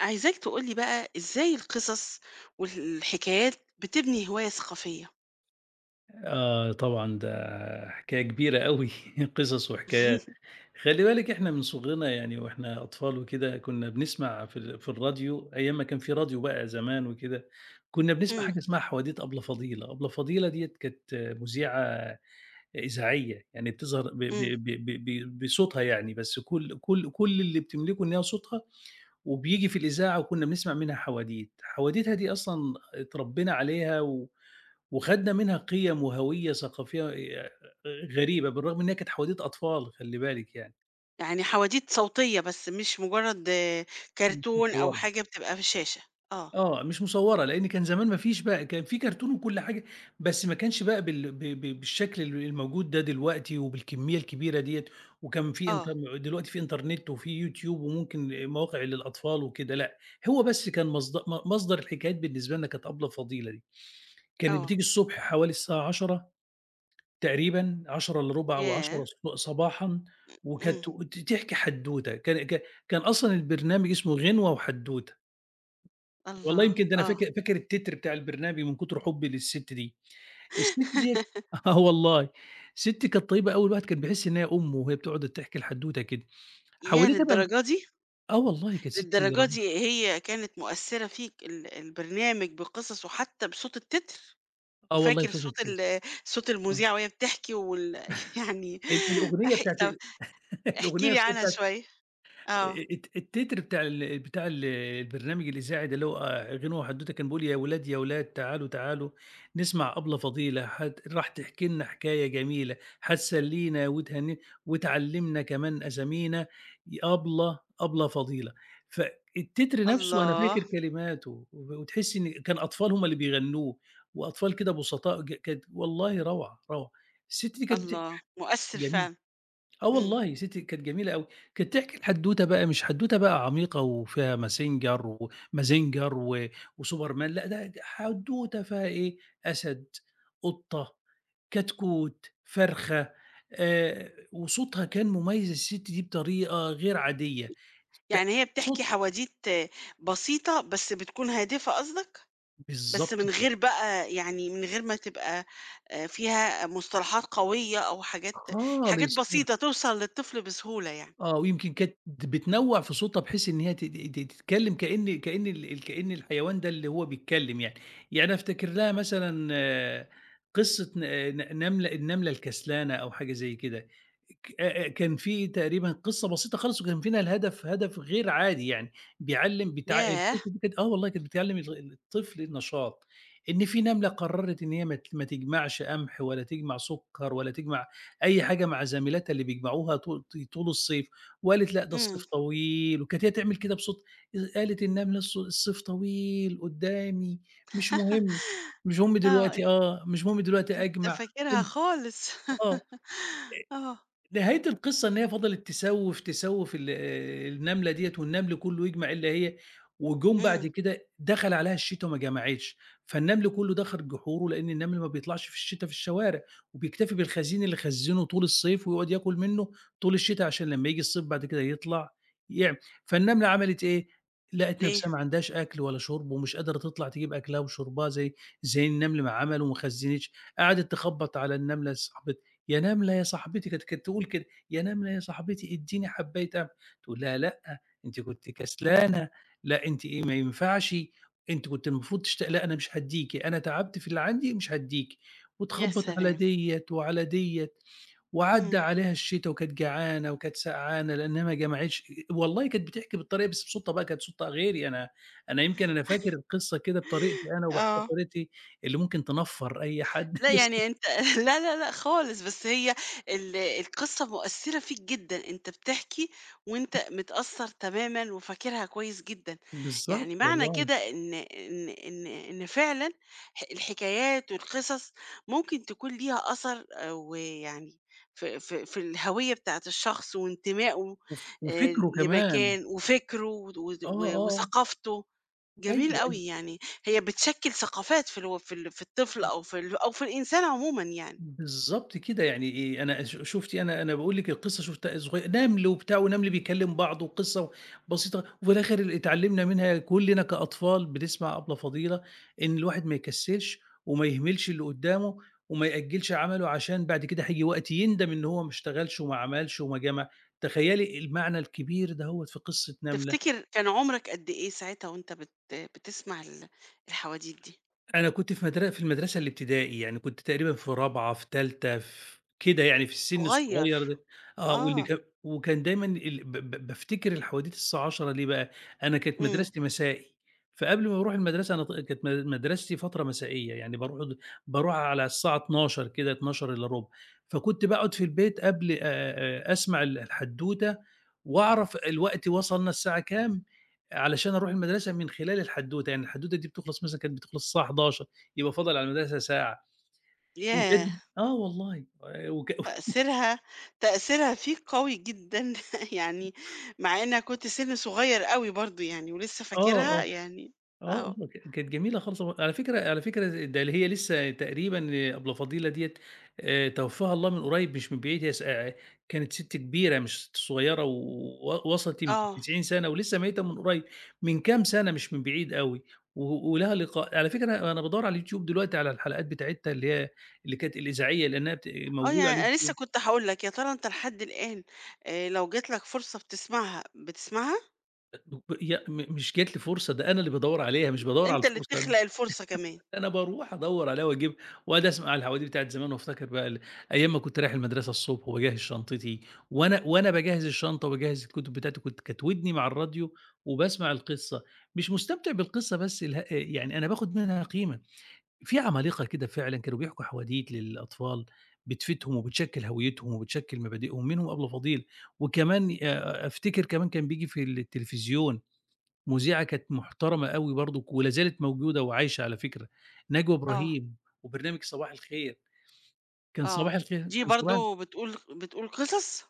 عايزاك تقول لي بقى إزاي القصص والحكايات بتبني هواية ثقافية؟ آه طبعًا، ده حكاية كبيرة أوي قصص وحكايات. خلّي بالِك إحنا من صُغرنا، يعني وإحنا أطفال وكده كُنّا بنسمع في الراديو أيام ما كان في راديو بقى زمان وكده، كُنّا بنسمع إمم، حاجة اسمها حواديت أبلة فضيلة. أبلة فضيلة ديّة كانت مذيعة إذاعية، يعني بتظهر ب ب إمم، ب ب ب بصوتها يعني، بس كل اللي بتملكه إن هي صوتها وبييجي في الإذاعة، وكُنّا بنسمع منها حواديت. حواديتها دي أصلًا اتربّينا عليها، و وخدنا منها قيم وهوية ثقافية غريبة، بالرغم إن هي كانت حواديت أطفال خلّي بالِك يعني، يعني حواديت صوتية بس مش مجرد مش كرتون أو مصوّرة. حاجة بتبقى في الشاشة. آه، آه، مش مصوّرة، لإن كان زمان ما فيش بقى كان في كرتون وكل حاجة، بس ما كانش بقى بال ب ب بالشكل الموجود ده دلوقتي وبالكمية الكبيرة ديّة. وكان في آه، إنتر دلوقتي في إنترنت وفي يوتيوب وممكن مواقع للأطفال وكده، لأ. هو بس كان مصدر الحكايات بالنسبة لنا كانت أبلة فضيلة دي. كانت آه، بتيجي الصبح حوالي الساعة 10:00، تقريبًا 10:00 إلّا ربع أو ياه! 10:00 صباحًا، وكانت إمم، تحكي حدوتة. كان أصلًا البرنامج اسمه غِنوة وحدوتة. والله الله! يمكن ده أنا آه، فاكر التتر بتاع البرنامج من كتر حبي للست دي. الست ديّة آه والله، الست كانت طيبة أوي، الواحد كان بيحس إن هي أمه وهي بتقعد تحكي الحدوتة كده. ياه حواديتها بقى للدرجة دي! آه والله كانت ست للدرجة رن دي هي كانت مؤثرة فيك البرنامج بقصصه حتى بصوت التتر؟ آه والله وفاكر بصوت التتر. صوت آه، المذيعة وهي بتحكي يعني الأغنية أح بتاعة ال احكِ الأغنية لي نفسها عنها بتاعة شوية. آه. التتر بتاع البرنامج الإذاعي ده اللي هو، غنى وحدوتة، كان بيقول: يا ولاد يا ولاد تعالوا، تعالوا نسمع أبلة فضيلة راح تحكي لنا حكاية جميلة، هتسلينا وتعلمنا كمان أسامينا، أبلة أبلة فضيلة. فالتتر نفسه أنا الله، فاكر كلماته، وتحسي إن كان أطفال هم اللي بيغنوه، وأطفال كده بسطاء، كانت والله روعة، روعة. الست دي كانت بتحكي الله! مؤثِّر جميل. فعلًا. آه إمم. والله يا ستّي كانت جميلة أوي. كانت تحكي الحدوتة بقى، مش حدوتة بقى عميقة وفيها ماسنجر ومازنجر و وسوبرمان، لأ، ده حدوتة فيها إيه، أسد، قطة، كتكوت، فرخة، وصوتها كان مميز الست دي بطريقة غير عادية. ت يعني هي بتحكي صوت حواديت بسيطة، بس بتكون هادفة قصدك؟ بس بالضبط من كده، غير بقى يعني من غير ما تبقى فيها مصطلحات قوية أو حاجات خالص. بسيطة توصل للطفل بسهولة يعني. آه، ويمكن كانت بتنوّع في صوتها بحيث إن هي ت ت تتكلّم كإن كإن ال ال كإن الحيوان ده اللي هو بيتكلّم يعني. يعني أنا أفتكر لها مثلًا، قصة ن ن نملة النملة الكسلانة أو حاجة زي كده. ك كان في تقريبًا قصة بسيطة خالص وكان منها الهدف هدف غير عادي يعني. بيعلّم بتاع ياه! القصة دي، كانت آه والله كانت بتعلّم الطفل النشاط. إن في نملة قرّرت إن هي ما تجمعش قمح ولا تجمع سُكّر ولا تجمع أي حاجة مع زميلاتها اللي بيجمعوها طول الصيف، وقالت: "لأ، ده إمم. الصيف طويل." وكانت هي تعمل كده بصوت، قالت النملة: "الصيف طويل قدّامي، مش مهم، مش مهم آه. أنت دلوقتي." آه، "مش مهم دلوقتي أنت أجمع." فاكرها قُمت خالص. آه. آه. نهاية القصة إن هي فضلت تسوِّف، تسوِّف ال النملة ديّة والنمل كُلّه يجمع إلا هي، وجُم بعد إمم. كده دخل عليها الشتا وما جمعتش. فالنمل كُلّه دخل جحوره لإن النمل ما بيطلعش في الشتا في الشوارع، وبيكتفي بالخزين اللي خزّنه طول الصيف، ويقعد ياكل منه طول الشتا، عشان لمّا ييجي الصيف بعد كده يطلع، يعم فالنملة عملت إيه، لقت إيه؟ نفسها ما عندهاش أكل ولا شُرب ومش قادرة تطلع تجيب أكلها وشُربها زي النمل ما عمل، وما خزّنتش. قعدت تخبّط على النملة صاحبة، يا نملة يا صاحبتي، كانت تقول كده: يا نملة يا صاحبتي ادّيني حبّاية قهوة. تقول لها: "لأ، أنتِ كنتِ كسلانة، لأ أنتِ إيه ما ينفعش، أنتِ كنتِ المفروض لأ أنا مش هادّيكِ، أنا تعبت في اللي عندي مش هادّيكِ." يا وتخبّط على سلام! ديّة وعلى ديّة، وعدّى إمم. عليها الشتا وكانت جعانة وكانت سقعانة لأنها ما جمعتش. والله كانت بتحكي بالطريقة بس بصوتها بقى، كانت صوتها غيري. أنا يمكن أنا فاكر القصة كده بطريقتي أنا وباحكيها آه. بطريقتي اللي ممكن تنفّر أي حد لأ، بس يعني أنت لا، لا، لأ خالص، بس هي القصة مؤثّرة فيك جدًا، أنت بتحكي وأنت متأثّر تمامًا وفاكرها كويس جدًا، يعني بالضبط معنى والله. كده إن فعلًا الحكايات والقصص ممكن تكون ليها أثر ويعني في الهوية بتاعة الشخص وانتمائه وف آآ، وفكره كمان. لمكان وفكره و آه، و آه، وثقافته. أيوه، جميل أيوه، أوي، يعني هي بتشكِّل ثقافات في الطفل أو في ال أو في الإنسان عمومًا يعني. بالضبط كده، يعني إيه، أنا شُفتِ، أنا باقول لِك القصة، شُفتها نمل وبتاع ونمل بيكلم بعض وقصة بسيطة، وفي الآخر اللي اتعلمنا منها كُلّنا كأطفال بنسمع أبلة فضيلة، إن الواحد ما يكسّلش وما يهملش اللي قدّامه وما يأجّلش عمله عشان بعد كده هييجي وقت يندم إن هو ما اشتغلش وما عملش وما جمع. تخيّلي المعنى الكبير دَهّوة في قصة نملة. تفتكر كان عمرك قد إيه ساعتها وأنت بتسمع الحواديت دي؟ أنا كنت في المدرسة الابتدائي، يعني كنت تقريبًا في رابعة، في تالتة، في كده يعني في السن صغير، الصغير ده. آه، واللي آه، كان وكان دايمًا ال ب ب بافتكر الحواديت الساعة 10:00 ليه بقى؟ أنا كانت إمم، مدرستي مسائي. فقبل ما باروح المدرسة، أنا ط كانت م مدرستي فترة مسائية. يعني باروح على الساعة 12:00 كده، 12:15. فكنت باقعد في البيت قبل أسمع الحدوتة وأعرف الوقت وصلنا الساعة كام. علشان أروح المدرسة من خلال الحدوتة، يعني الحدوتة دي بتخلص، مثلًا كانت بتخلص الساعة 11:00، يبقى فاضل على المدرسة ساعة. ياه! وكانت آه والله، وك تأثيرها تأثيرها فيك قوي جدًا يعني مع إنك كنت سِن صغير أوي برضه يعني ولسه آه، فاكرها آه، يعني آه، آه، كانت جميلة خالص. و على فكرة ده اللي هي لسه تقريبًا أبلة فضيلة ديّة، توفاها الله من قريب مش من بعيد، هي س كانت ست كبيرة مش ست صغيرة، و و وصلت يمكن آه، 90 سنة، ولسه ميتة من قريب، من كام سنة مش من بعيد أوي. ولها لقاء. على فكرة أنا بادوّر على اليوتيوب دلوقتي على الحلقات بتاعتها، اللي كانت الإذاعية لأنها بت آه، موجودة على يعني أنا اليوتيوب. لسه كنت هاقول لك، يا ترى أنت لحد الآن لو جات لك فرصة بتسمعها، بتسمعها؟ هي مش جات لي فرصة، ده أنا اللي بادوّر عليها مش بادوّر على أنت اللي الفرصة. بتخلق الفرصة كمان. أنا باروح أدوّر عليها وأجيبها، وأقعد أسمع على العواديت بتاعة زمان، وأفتكر بقى أيام ما كنت رايح المدرسة الصبح وباجهّز شنطتي، وأنا باجهّز الشنطة وباجهّز الكتب بتاعتي، كانت ودني مع الراديو وباسمع القصة، مش مستمتع بالقصة بس يعني أنا باخد منها قيمة. في عمالقة كده فعلًا كانوا بيحكوا حواديت للأطفال بتفيدهم وبتشكّل هويتهم وبتشكّل مبادئهم، منهم أبلة فضيل. وكمان أفتكر كمان كان بييجي في التلفزيون مذيعة كانت محترمة أوي برضه ولا زالت موجودة وعايشة على فكرة، نجوى آه، إبراهيم وبرنامج صباح الخير. كان آه، صباح الخير دي كان صباح برضه بتقول قصص؟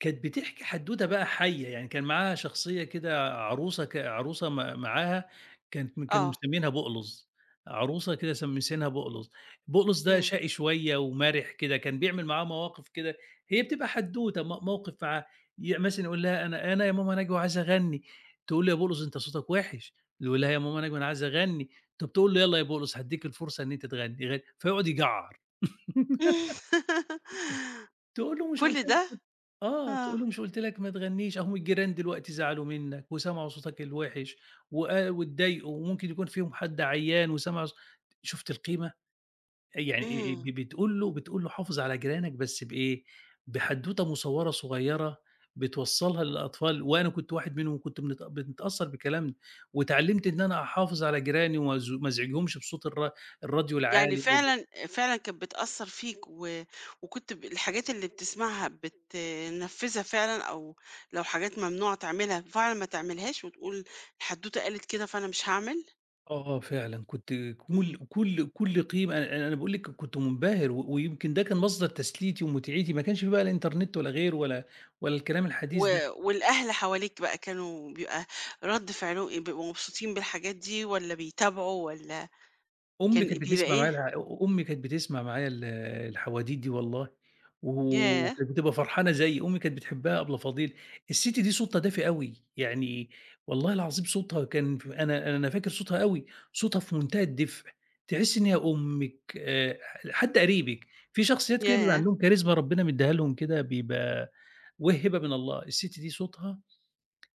كانت بتحكي حدوتة بقى حيّة. يعني كان معاها شخصية كده، عروسة ك عروسة م معاها، كانت م كانوا آه، مسميينها بقلُظ، عروسة كده مسميينها بقلُظ. بقلُظ ده إمم. شقي شوية ومَرِح كده، كان بيعمل معاها مواقف كده، هي بتبقى حدوتة موقف معاه. مثلًا يقول لها: "أنا يا ماما نجوى عايز أغنّي." تقول له: "يا بقلُظ أنت صوتك وِحِش." يقول لها: "يا ماما نجوى أنا عايز أغنّي." طَب تقول له: "يالّا يا بقلُظ هادّيك الفرصة إن أنت تغنّي، غنّي." فيقعد يجعّر تقول له: "مش قُلت كل ده؟ آه، تقول آه، له: "مش قُلت لك ما تغنّيش، أهُم الجيران دلوقتي زعلوا منّك وسمعوا صوتك الوِحِش واتضايقوا وممكن يكون فيهم حد عيّان وسمع شُفت القيمة؟ يعني ب إمم. بتقول له حافظ على جيرانك بس بإيه، بحدوتة مصوّرة صغيّرة بتوصّلها للأطفال، وأنا كنت واحد منهم وكنت بنتأثّر بالكلام ده، واتعلّمت إن أنا أحافظ على جيراني وما أز ما أزعجهمش بصوت الراديو يعني العالي أو. فعلًا فعلًا كانت بتأثّر فيك وكنت الحاجات اللي بتسمعها بتنفّذها فعلًا أو لو حاجات ممنوع تعملها فعلًا ما تعملهاش وتقول الحدوتة قالت كده فأنا مش هاعمل؟ آه، آه، فعلًا كنت إمم. كل قيمة، أنا باقول لِك كنت منبهر، ويمكن ده كان مصدر تسليتي ومتعتي، ما كانش في بقى لا إنترنت ولا غيره ولا الكلام و الحديث ده. والأهل حواليك بقى كانوا بيبقى رَد فعلهم إيه، بيبقوا مبسوطين بالحاجات دي والّا بيتابعوا والّا كان بيبقى إيه؟ أمي كانت بتسمع معايا الحواديت دي والله، ياه! وكانت بتبقى فرحانة زيي، أمي كانت بتحبها أبلة فضيل. السِت دي صوتها دافي أوي، يعني والله العظيم صوتها كان ف أنا فاكر صوتها أوي، صوتها في منتهى الدفء، تحسّي إن هي أمِك، حتى قريبِك. في شخصيات كده بيبقى ياه! عندهم كاريزما ربنا مدّيها لهم كده، بيبقى هبة من الله. السِت دي صوتها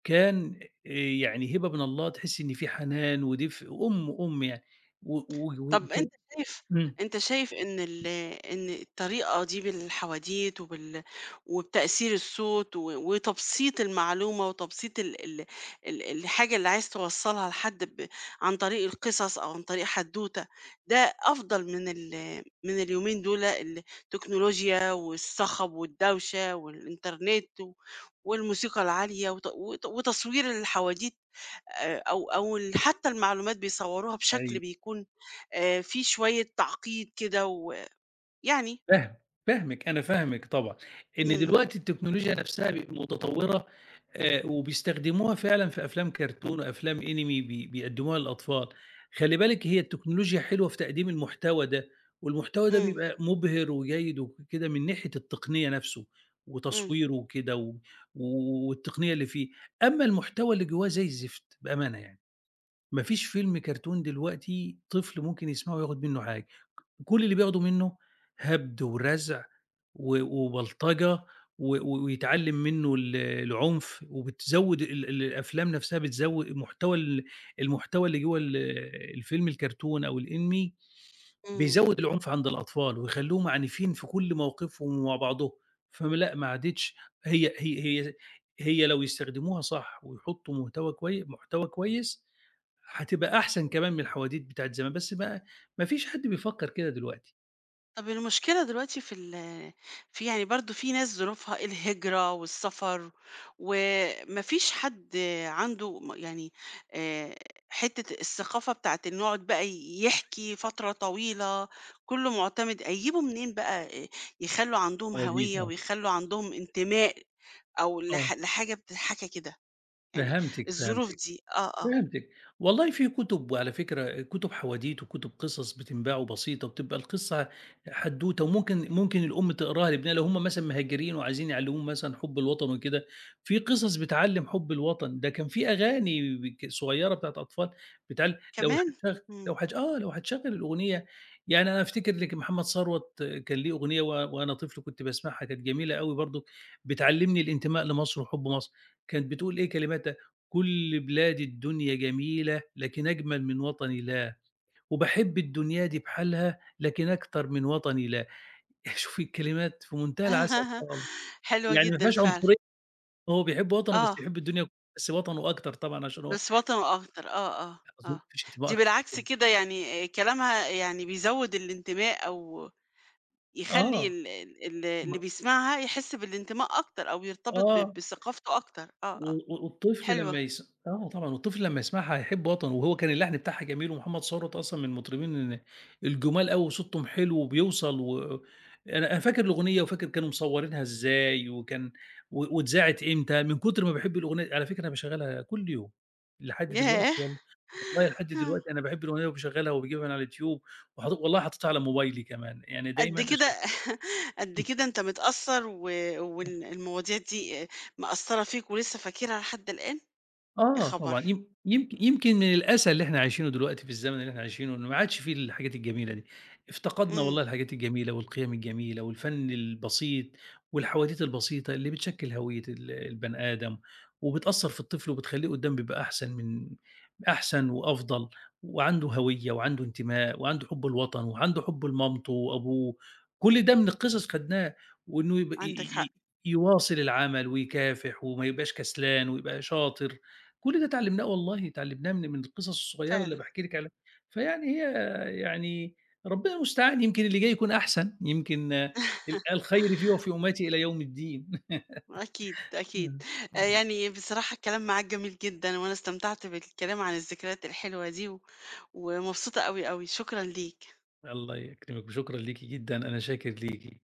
كان، يعني هبة من الله، تحسّي إن في حنان ودفء، أم، أم يعني. و و طَب وك أنت شايف إمم. إن ال إن الطريقة دي بالحواديت وبتأثير الصوت وتبسيط المعلومة وتبسيط ال ال ال الحاجة اللي عايز توصّلها لحد عن طريق القصص أو عن طريق حدوتة، ده أفضل من اليومين دول التكنولوجيا والصخب والدوشة والإنترنت والموسيقى العالية وت وت وتصوير الحواديت أو أو ال حتى المعلومات بيصوّروها بشكل أيوه، بيكون فيه شوية تعقيد كده ويعني فاهم، فاهمِك، أنا فاهمِك طبعًا. إن إمم، دلوقتي التكنولوجيا نفسها بقت متطوّرة، وبيستخدموها فعلًا في أفلام كرتون وأفلام أنمي بيقدموها للأطفال. خلّي بالِك هي التكنولوجيا حلوة في تقديم المحتوى ده، والمحتوى ده إمم، بيبقى مبهر وجيد وكده من ناحية التقنية نفسه، إمم، وتصويره وكده والتقنية اللي فيه. أمّا المحتوى اللي جواه زي الزفت بأمانة يعني، ما فيش فيلم كرتون دلوقتي طفل ممكن يسمعه وياخد منه حاجة. كل اللي بياخده منه هَبْد ورزع وبلطجة و و ويتعلّم منه العنف، وبتزوّد ال ال الأفلام نَفْسها بتزوّ محتوى ال المحتوى اللي جوّه الفيلم الكرتون أو الأنمي، إمم. بيزوّد العنف عند الأطفال ويخلّوهم عنيفين في كل مواقفهم ومع بعضهم. فلأ ما عادتش. هي هي هي هي لو يستخدموها صح ويحطّوا محتوى كويس، هتبقى أحسن كمان من الحواديت بتاعة زمان، بس بقى ما فيش حد بيفكّر كده دلوقتي. طَب المشكلة دلوقتي في ال في يعني برضه في ناس ظروفها الهجرة والسفر، وما فيش حد عنده يعني آآ حتّة الثقافة بتاعة إنه يقعد بقى يحكي فترة طويلة، كُلّه مُعتمد هيجيبوا منين بقى يخلّوا عندهم هو دي هوية آه، ويخلّوا عندهم انتماء أو آه، لحاجة بتتحكى كده، يعني فهمتِك، الظروف فهمتِك. دي آه، آه، فهمتِك. والله في كُتب، وعلى فكرة كُتب حواديت وكُتب قصص بتنباع وبسيطة، بتبقى القصة حدوتة، وممكن ممكن الأم تقراها لابنها لو هم مثلًا مهاجرين وعايزين يعلّموهم مثلًا حُب الوطن وكده. في قصص بتعلّم حُب الوطن، ده كان في أغاني صغيّرة بتاعة أطفال. بتعل لو كمان؟ هتشغ إمم. لو هتش آه، لو هتشغّل الأغنية، يعني أنا أفتكر لك محمد ثروت كان ليه أغنية، وأنا طفل كنت باسمعها كانت جميلة أوي برضه، بتعلّمني الانتماء لمصر وحُب مصر. كانت بتقول إيه كلمات: كل بلاد الدنيا جميلة لكن أجمل من وطني لا، وباحب الدنيا دي بحالها لكن أكتر من وطني لا. شوفي الكلمات في منتهى العسل خالص، حلوة يعني ما جدًا فيهاش فعلًا، عنصرية، هو بيحب وطنه بس آه، يحب الدنيا، بس وطنه أكتر طبعًا عشان هو بس وطنه أكتر، آه، آه، أظن ما آه، فيش انتماء دي أكتر من بالعكس كده. كده يعني كلامها يعني بيزوّد الانتماء أو يخلّي آه، ال ال ال اللي ما بيسمعها يحس بالانتماء أكتر أو يرتبط آه. بثقافته أكتر، آه، و آه، و والطفل حلوة، لمّا يس آه طبعًا، والطفل لمّا يسمعها هيحب وطنه. وهو كان اللحن بتاعها جميل، ومحمد ثروت أصلًا من المطربين الجُمال أوي وصوتهم حلو وبيوصل. أنا فاكر الأغنية، وفاكر كانوا مصورينها إزاي وكان واتذاعت إمتى. من كتر ما باحب الأغنية، على فكرة أنا باشغّلها كل يوم لحد دلوقتي ياه! والله، والله لحد دلوقتي أنا باحب الأغنية وباشغّلها وباجيبها من على اليوتيوب، والله حاططها على موبايلي كمان، يعني قد دايمًا أشغّل. كده قد كده أنت متأثّر وال المواضيع دي مأثّرة فيك ولسه فاكرها لحد الآن؟ يا آه خبر! طبعًا، يم يمكن يمكن من الأسى اللي إحنا عايشينه دلوقتي في الزمن اللي إحنا عايشينه، إنه ما عادش في الحاجات الجميلة دي. افتقدنا إمم، والله الحاجات الجميلة والقيم الجميلة والفن البسيط والحواديت البسيطة اللي بتشكِّل هوية البني آدم، وبتأثّر في الطفل وبتخلّيه قدّام بيبقى أحسن وأفضل، وعنده هوية وعنده انتماء وعنده حُب الوطن وعنده حُب لمامته وأبوه. كل ده من القصص خدناه، وإنه يبقى ي عندك ي حق ي يواصل العمل ويكافح وما يبقاش كسلان ويبقى شاطر. كل ده اتعلمناه والله، اتعلمناه من القصص الصغيّرة اللي فعلًا. باحكي لِك عليها. فيعني هي يعني ربنا المستعان، يمكن اللي جاي يكون أحسن. يمكن ال الخير في وفي أمتي إلى يوم الدين. أكيد، أكيد. إمم. يعني بصراحة الكلام معاك جميل جدًا، وأنا استمتعت بالكلام عن الذكريات الحلوة دي ومبسوطة أوي، أوي، شكرًا ليك. الله يكرمِك، وشكرًا ليكِ جدًا، أنا شاكر ليكِ.